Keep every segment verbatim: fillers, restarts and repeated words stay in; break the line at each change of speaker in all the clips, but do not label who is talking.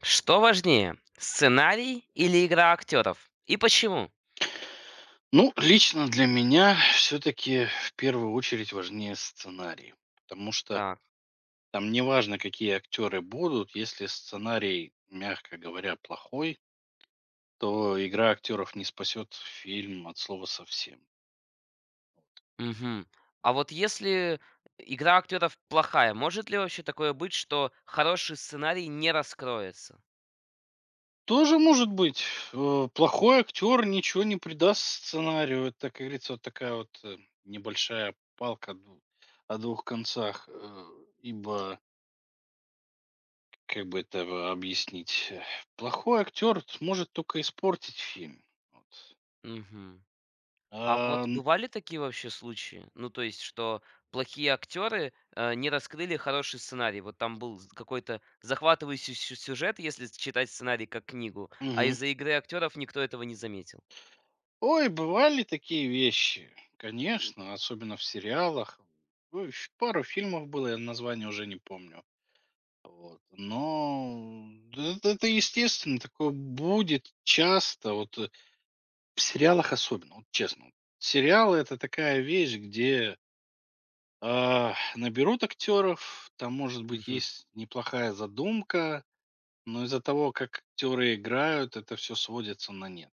Что важнее, сценарий или игра актеров? И почему?
Ну, лично для меня все-таки в первую очередь важнее сценарий, потому что
Так,
там не важно, какие актеры будут, если сценарий, мягко говоря, плохой, то игра актеров не спасет фильм от слова совсем.
мгм. А вот если игра актеров плохая, может ли вообще такое быть, что хороший сценарий не раскроется?
Тоже может быть. э, Плохой актер ничего не придаст сценарию. Это, как говорится, вот такая вот э, небольшая палка дву- о двух концах. э, Ибо. Как бы это в объяснить? Э, плохой актер может только испортить фильм. Вот.
Мгм. А
А,
вот
н
бывали такие вообще случаи? Ну, то есть, что плохие актеры э, не раскрыли хороший сценарий. Вот там был з- какой-то захватывающий сю- сюжет, если читать сценарий как книгу, а
мгм.
из-за игры актеров никто этого не заметил.
Ой, бывали такие вещи, конечно, особенно в сериалах. Ой, ф пару фильмов было, я название уже не помню. Вот, но д это это естественно, такое будет часто, вот, э, в сериалах особенно, вот честно. Вот. Сериалы- это такая вещь, где, а, наберут актеров, там, может быть, есть неплохая задумка. Но из-за того, как актеры играют, это все сводится на нет.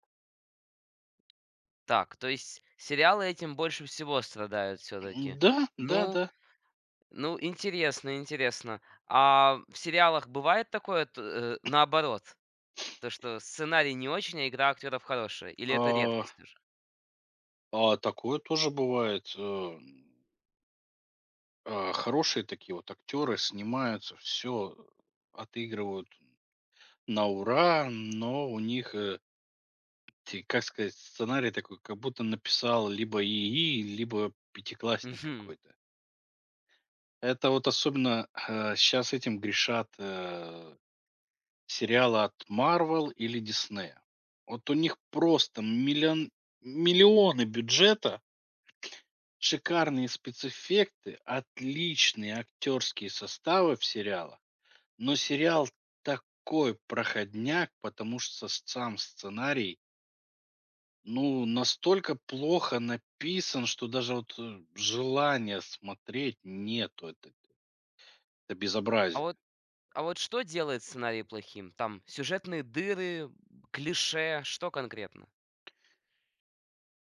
Так, то есть сериалы этим больше всего страдают, все
М,
таки.
да,
Ну
да-да.
ну, интересно, интересно. А в сериалах бывает такое, т э, наоборот, то, что сценарий не очень, а игра актеров хорошая? Или это
А,
редкость уже?
а такое тоже бывает. Э, а, хорошие такие вот актеры снимаются, все отыгрывают на ура, но у них, э, те как сказать, сценарий такой, как будто написал либо ИИ, либо пятиклассник
Мгм.
какой-то. Это вот особенно, сейчас этим грешат, э сериалы от Marvel или Disney. Вот у них просто миллион, миллионы бюджета, шикарные спецэффекты, отличные актерские составы в сериалах. Но сериал такой проходняк, потому что с- сам сценарий, ну, настолько плохо написан, что даже вот э, желания смотреть нету. Это, это
А
безобразие.
вот а вот что делает сценарий плохим? Там сюжетные дыры, клише, что конкретно?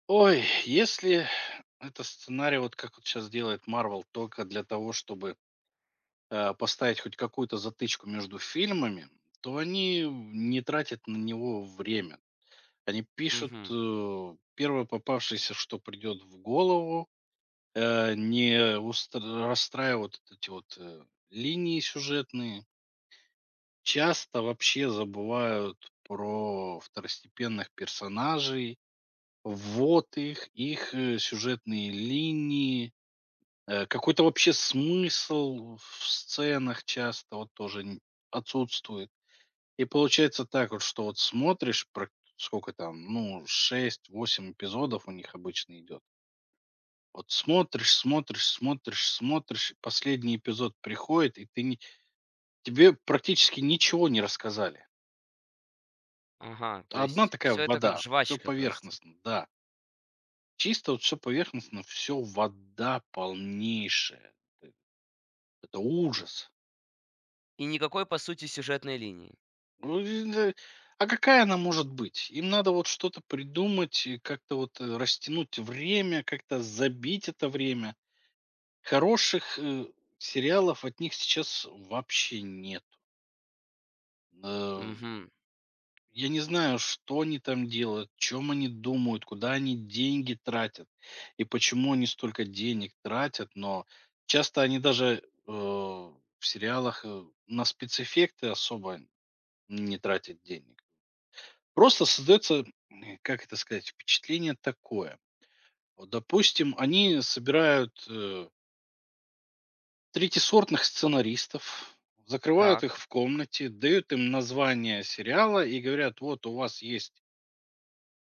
Ой, если это сценарий, вот как вот сейчас делает Marvel, только для того, чтобы э, поставить хоть какую-то затычку между фильмами, то они не тратят на него время. Они пишут
Мгм.
э, первое попавшееся, что придет в голову, э, не устра- расстраивают вот эти вот э, линии сюжетные. Часто вообще забывают про второстепенных персонажей. Вот их, их, э, сюжетные линии, э, какой-то вообще смысл в сценах часто вот тоже н отсутствует. И получается так вот, что вот смотришь, прак сколько там, ну, шесть, восемь эпизодов у них обычно идет. Вот смотришь, смотришь, смотришь, смотришь, последний эпизод приходит, и ты не тебе практически ничего не рассказали.
Ага, то
Одна
есть
такая
все это как
вода, все
жвачка просто.
поверхностно, да. Чисто вот всё поверхностно, все вода полнейшая. Э, это ужас.
И никакой, по сути, сюжетной линии.
Ну, и да, а какая она может быть? Им надо вот что-то придумать и как-то вот, э, растянуть время, как-то забить это время. Хороших, э, сериалов от них сейчас вообще нет.
Мгм.
Я не знаю, что они там делают, чем они думают, куда они деньги тратят и почему они столько денег тратят, но часто они даже э, в сериалах э, на спецэффекты особо не тратят денег. Просто создается, э, как это сказать, впечатление такое. Вот, допустим, они собирают э, третьесортных сценаристов, закрывают
Так,
их в комнате, дают им название сериала и говорят: вот у вас есть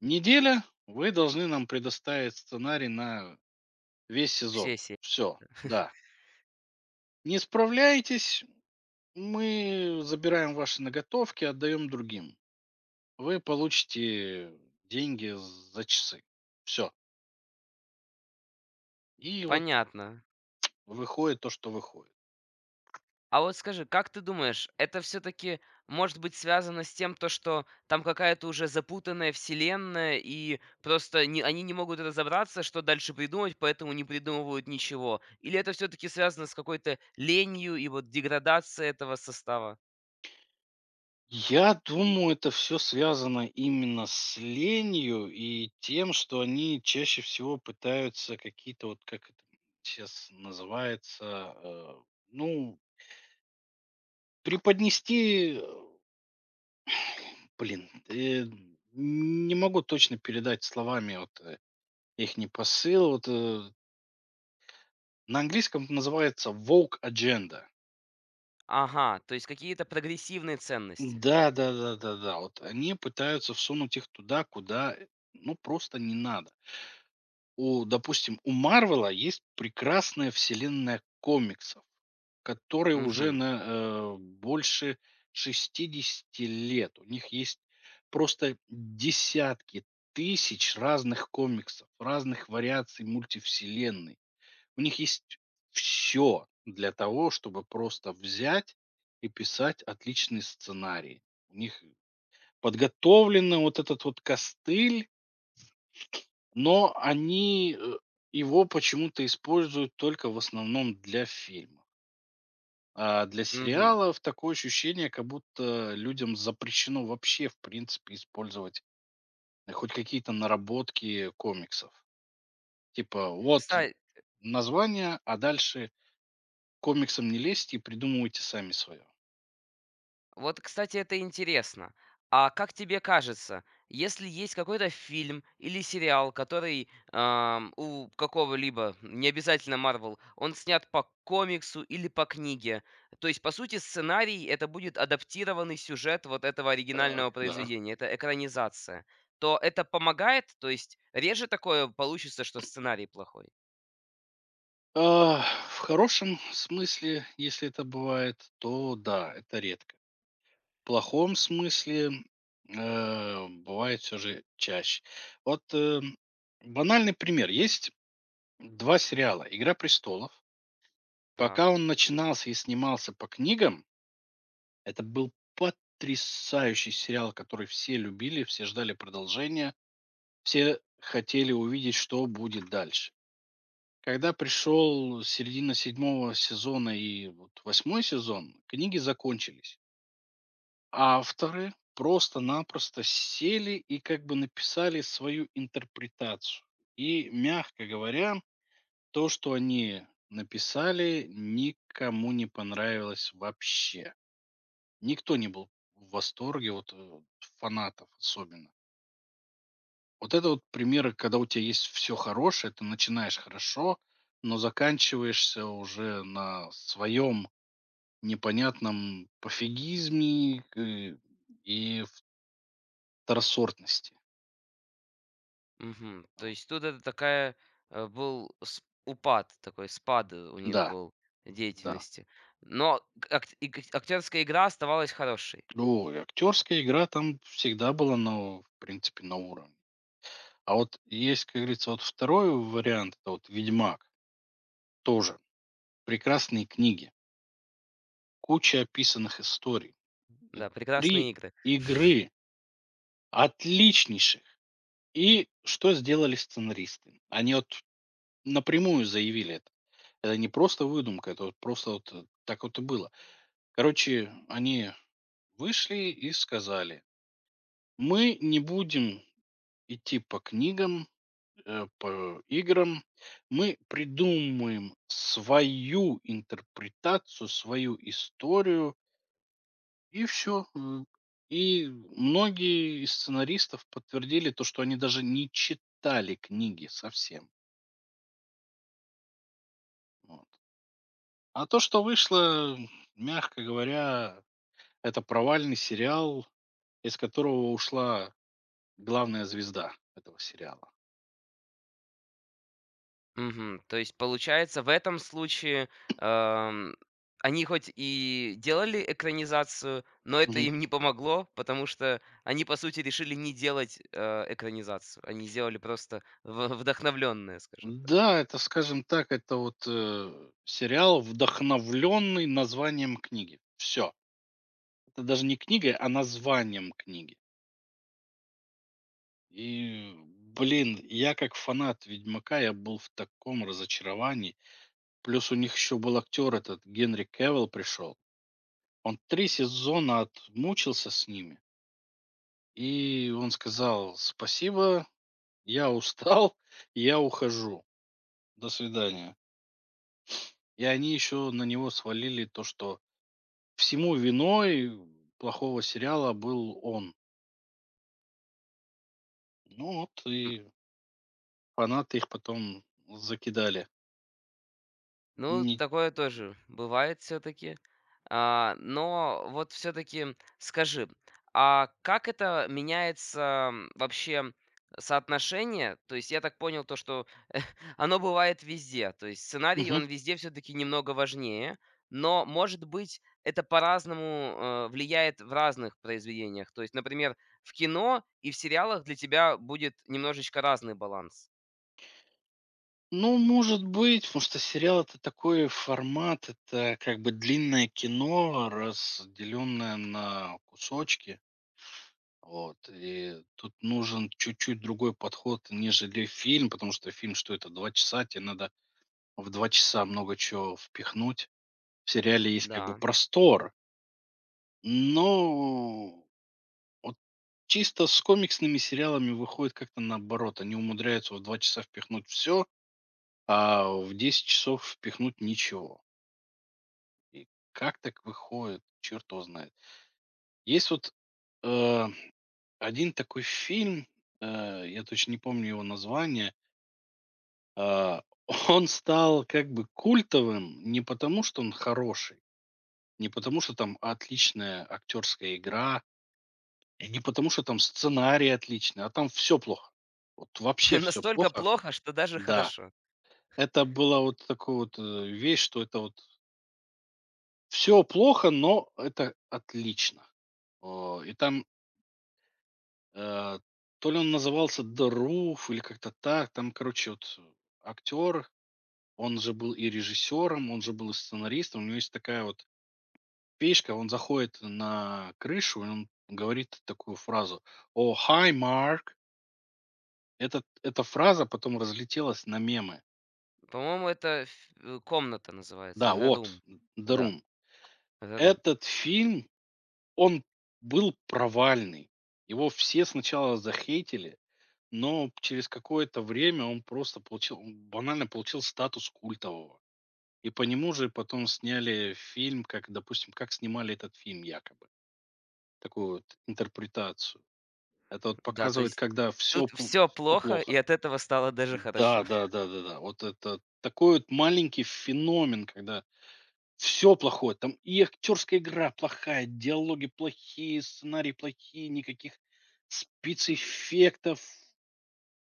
неделя. Вы должны нам предоставить сценарий на весь сезон.
все се
Все, да. Не справляетесь, мы забираем ваши наготовки, отдаем другим. Вы получите деньги за часы. Все. И вот
понятно.
выходит то, что выходит.
А вот скажи, как ты думаешь, это все-таки может быть связано с тем, то, что там какая-то уже запутанная вселенная, и просто не, они не могут разобраться, что дальше придумать, поэтому не придумывают ничего? Или это все-таки связано с какой-то ленью и вот деградацией этого состава?
Я думаю, это все связано именно с ленью и тем, что они чаще всего пытаются какие-то вот, как это сейчас называется, э, ну, преподнести, э, блин, э, не могу точно передать словами вот, э, их не посыл. Вот, э, на английском это называется woke agenda.
Ага, то есть какие-то прогрессивные ценности.
Да-да-да-да-да. Вот они пытаются всунуть их туда, куда, э, ну, просто не надо. У, допустим, у "Марвела" есть прекрасная вселенная комиксов, которой уже
Угу,
на, э, больше шестидесяти лет. У них есть просто десятки тысяч разных комиксов, разных вариаций мультивселенной. У них есть все для того, чтобы просто взять и писать отличные сценарии. У них подготовлено вот этот вот костыль, но они, э, его почему-то используют только в основном для фильмов. А для
угу.
сериалов такое ощущение, как будто людям запрещено вообще, в принципе, использовать э, хоть какие-то наработки комиксов. Типа, вот название, а дальше к комиксам не лезьте и придумывайте сами свое.
Вот, кстати, это интересно. А как тебе кажется, если есть какой-то фильм или сериал, который ам, у какого-либо, не обязательно Марвел, он снят по комиксу или по книге, то есть, по сути, сценарий это будет адаптированный сюжет вот этого
Так,
оригинального
да.
произведения, это экранизация, то это помогает, то есть реже такое получится, что сценарий плохой.
А в хорошем смысле, если это бывает, то да, это редко. Плохом смысле э, бывает все же чаще. Вот, эм, банальный пример. Есть два сериала: "Игра престолов". Пока
Так.
он начинался и снимался по книгам, это был потрясающий сериал, который все любили, все ждали продолжения, все хотели увидеть, что будет дальше. Когда пришел середина седьмого сезона и вот восьмой сезон, книги закончились. Авторы просто-напросто сели и как бы написали свою интерпретацию. И, мягко говоря, то, что они написали, никому не понравилось вообще. Никто не был в восторге, вот э, фанатов особенно. Вот это вот примеры, когда у тебя есть все хорошее, ты начинаешь хорошо, но заканчиваешься уже на своем непонятном пофигизме э, и второсортности.
Мгм. То
Вот.
есть тут это такая, э, был с упад, такой спад, э, у них
Да,
был
да.
деятельности. Но к акт и к актерская игра оставалась хорошей.
Ну, актерская игра там всегда была, ну, в принципе, на уровне. А вот есть, как говорится, вот второй вариант- это вот "Ведьмак", тоже прекрасные книги, куча описанных историй, э,
Да,
три
прекрасные игры.
игры отличнейших. И что сделали сценаристы? Они вот напрямую заявили это. Это не просто выдумка, это вот просто вот, э, так вот и было. Короче, они вышли и сказали: "Мы не будем идти по книгам, э, по играм. Мы придумываем свою интерпретацию, свою историю, и все. И многие из сценаристов подтвердили то, что они даже не читали книги совсем. Вот. А то, что вышло, мягко говоря, это провальный сериал, из которого ушла главная звезда этого сериала.
Мгм. То есть получается, в этом случае, эм, они хоть и делали экранизацию, но это им не помогло, потому что они, по сути, решили не делать, э, экранизацию. Они сделали просто в вдохновленное, скажем так.
Да, это, скажем так, это вот э, сериал, вдохновленный названием книги. Все. Это даже не книга, а названием книги. И, блин, я как фанат Ведьмака, я был в таком разочаровании. Плюс у них еще был актер этот, Генри Кевилл пришел. Он три сезона отмучился с ними. И он сказал: спасибо, я устал, я ухожу. До свидания. И они еще на него свалили то, что всему виной плохого сериала был он. Ну вот, и фанаты их потом закидали.
Ну,
Ни
такое тоже бывает все-таки. А, но вот все-таки скажи, а как это меняется, м, вообще соотношение? То есть я так понял то, что оно бывает везде. То есть сценарий,
Мгм.
он везде все-таки немного важнее. Но, может быть, это по-разному э, влияет в разных произведениях. То есть, например, в кино и в сериалах для тебя будет немножечко разный баланс.
Ну, может быть, потому что сериал- это такой формат, это как бы длинное кино, разделенное на кусочки. Вот, и тут нужен чуть-чуть другой подход, нежели фильм, потому что фильм, что это, два часа, тебе надо в два часа много чего впихнуть. В сериале есть как бы
Да.
простор, но чисто с комиксными сериалами выходит как-то наоборот. Они умудряются в два часа впихнуть все, а в десять часов впихнуть ничего. И как так выходит, черт его знает. Есть вот, э, один такой фильм, э, я точно не помню его название. А, он стал как бы культовым не потому, что он хороший, не потому, что там отличная актерская игра, и не потому, что там сценарий отличный, а там все плохо. Вот вообще все
Настолько
плохо.
плохо, что даже
Да.
хорошо.
Это была вот такая вот, э, вещь, что это вот все плохо, но это отлично. О, и там, э, то ли он назывался "The Roof" или как-то так. Там, короче, вот э, актер, он же был и режиссером, он же был и сценаристом. У него есть такая вот печка. Он заходит на крышу, и он говорит такую фразу: "О, hi, Mark". Этот эта фраза потом разлетелась на мемы.
По-моему, это ф э, комната называется.
Да,
The
вот,
Room.
"The
Да,
Room".
The Room.
Этот фильм, он был провальный. Его все сначала захейтили, но через какое-то время он просто получил, он банально получил статус культового. И по нему же потом сняли фильм, как, допустим, как снимали этот фильм якобы. Такую вот интерпретацию. Это вот
Да, то
показывает,
есть
когда все,
тут все
все
плохо,
плохо.
и от этого стало даже
Да,
хорошо.
да, да, да, да. Вот это такой вот маленький феномен, когда все плохое. Там и актерская игра плохая, диалоги плохие, сценарии плохие, никаких спецэффектов.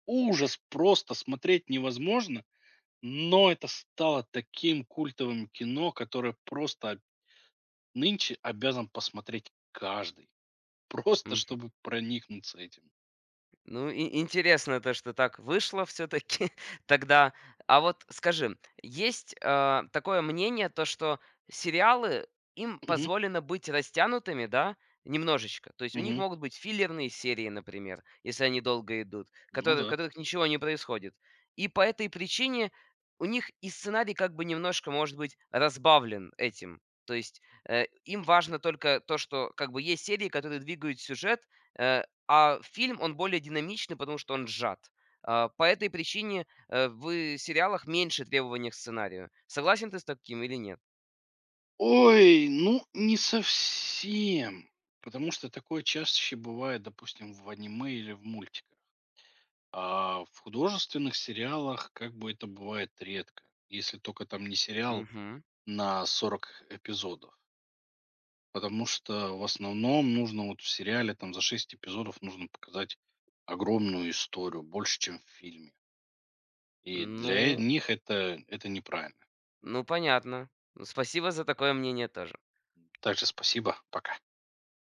Ужас! Просто смотреть невозможно. Но это стало таким культовым кино, которое просто нынче обязан посмотреть каждый. Просто чтобы проникнуться этим.
Ну, и интересно то, что так вышло все таки тогда. А вот скажи, есть, а, такое мнение, то, что сериалы, им
Мгм,
позволено быть растянутыми, да, немножечко. То есть у них
мгм.
могут быть филлерные серии, например, если они долго идут,
Ну
которые в
да.
которых ничего не происходит. И по этой причине у них и сценарий как бы немножко может быть разбавлен этим. То есть, э, им важно только то, что как бы есть серии, которые двигают сюжет, э, а фильм, он более динамичный, потому что он сжат. А, по этой причине, э, в сериалах меньше требований к сценарию. Согласен ты с таким или нет?
Ой, ну не совсем, потому что такое чаще бывает, допустим, в аниме или в мультиках. А в художественных сериалах как бы это бывает редко, если только там не сериал
Мгм.
на сорок эпизодов. Потому что в основном нужно вот в сериале там за шесть эпизодов нужно показать огромную историю, больше, чем в фильме. И для
Ну
них это, это неправильно.
ну, понятно. Спасибо за такое мнение тоже.
Также спасибо, пока.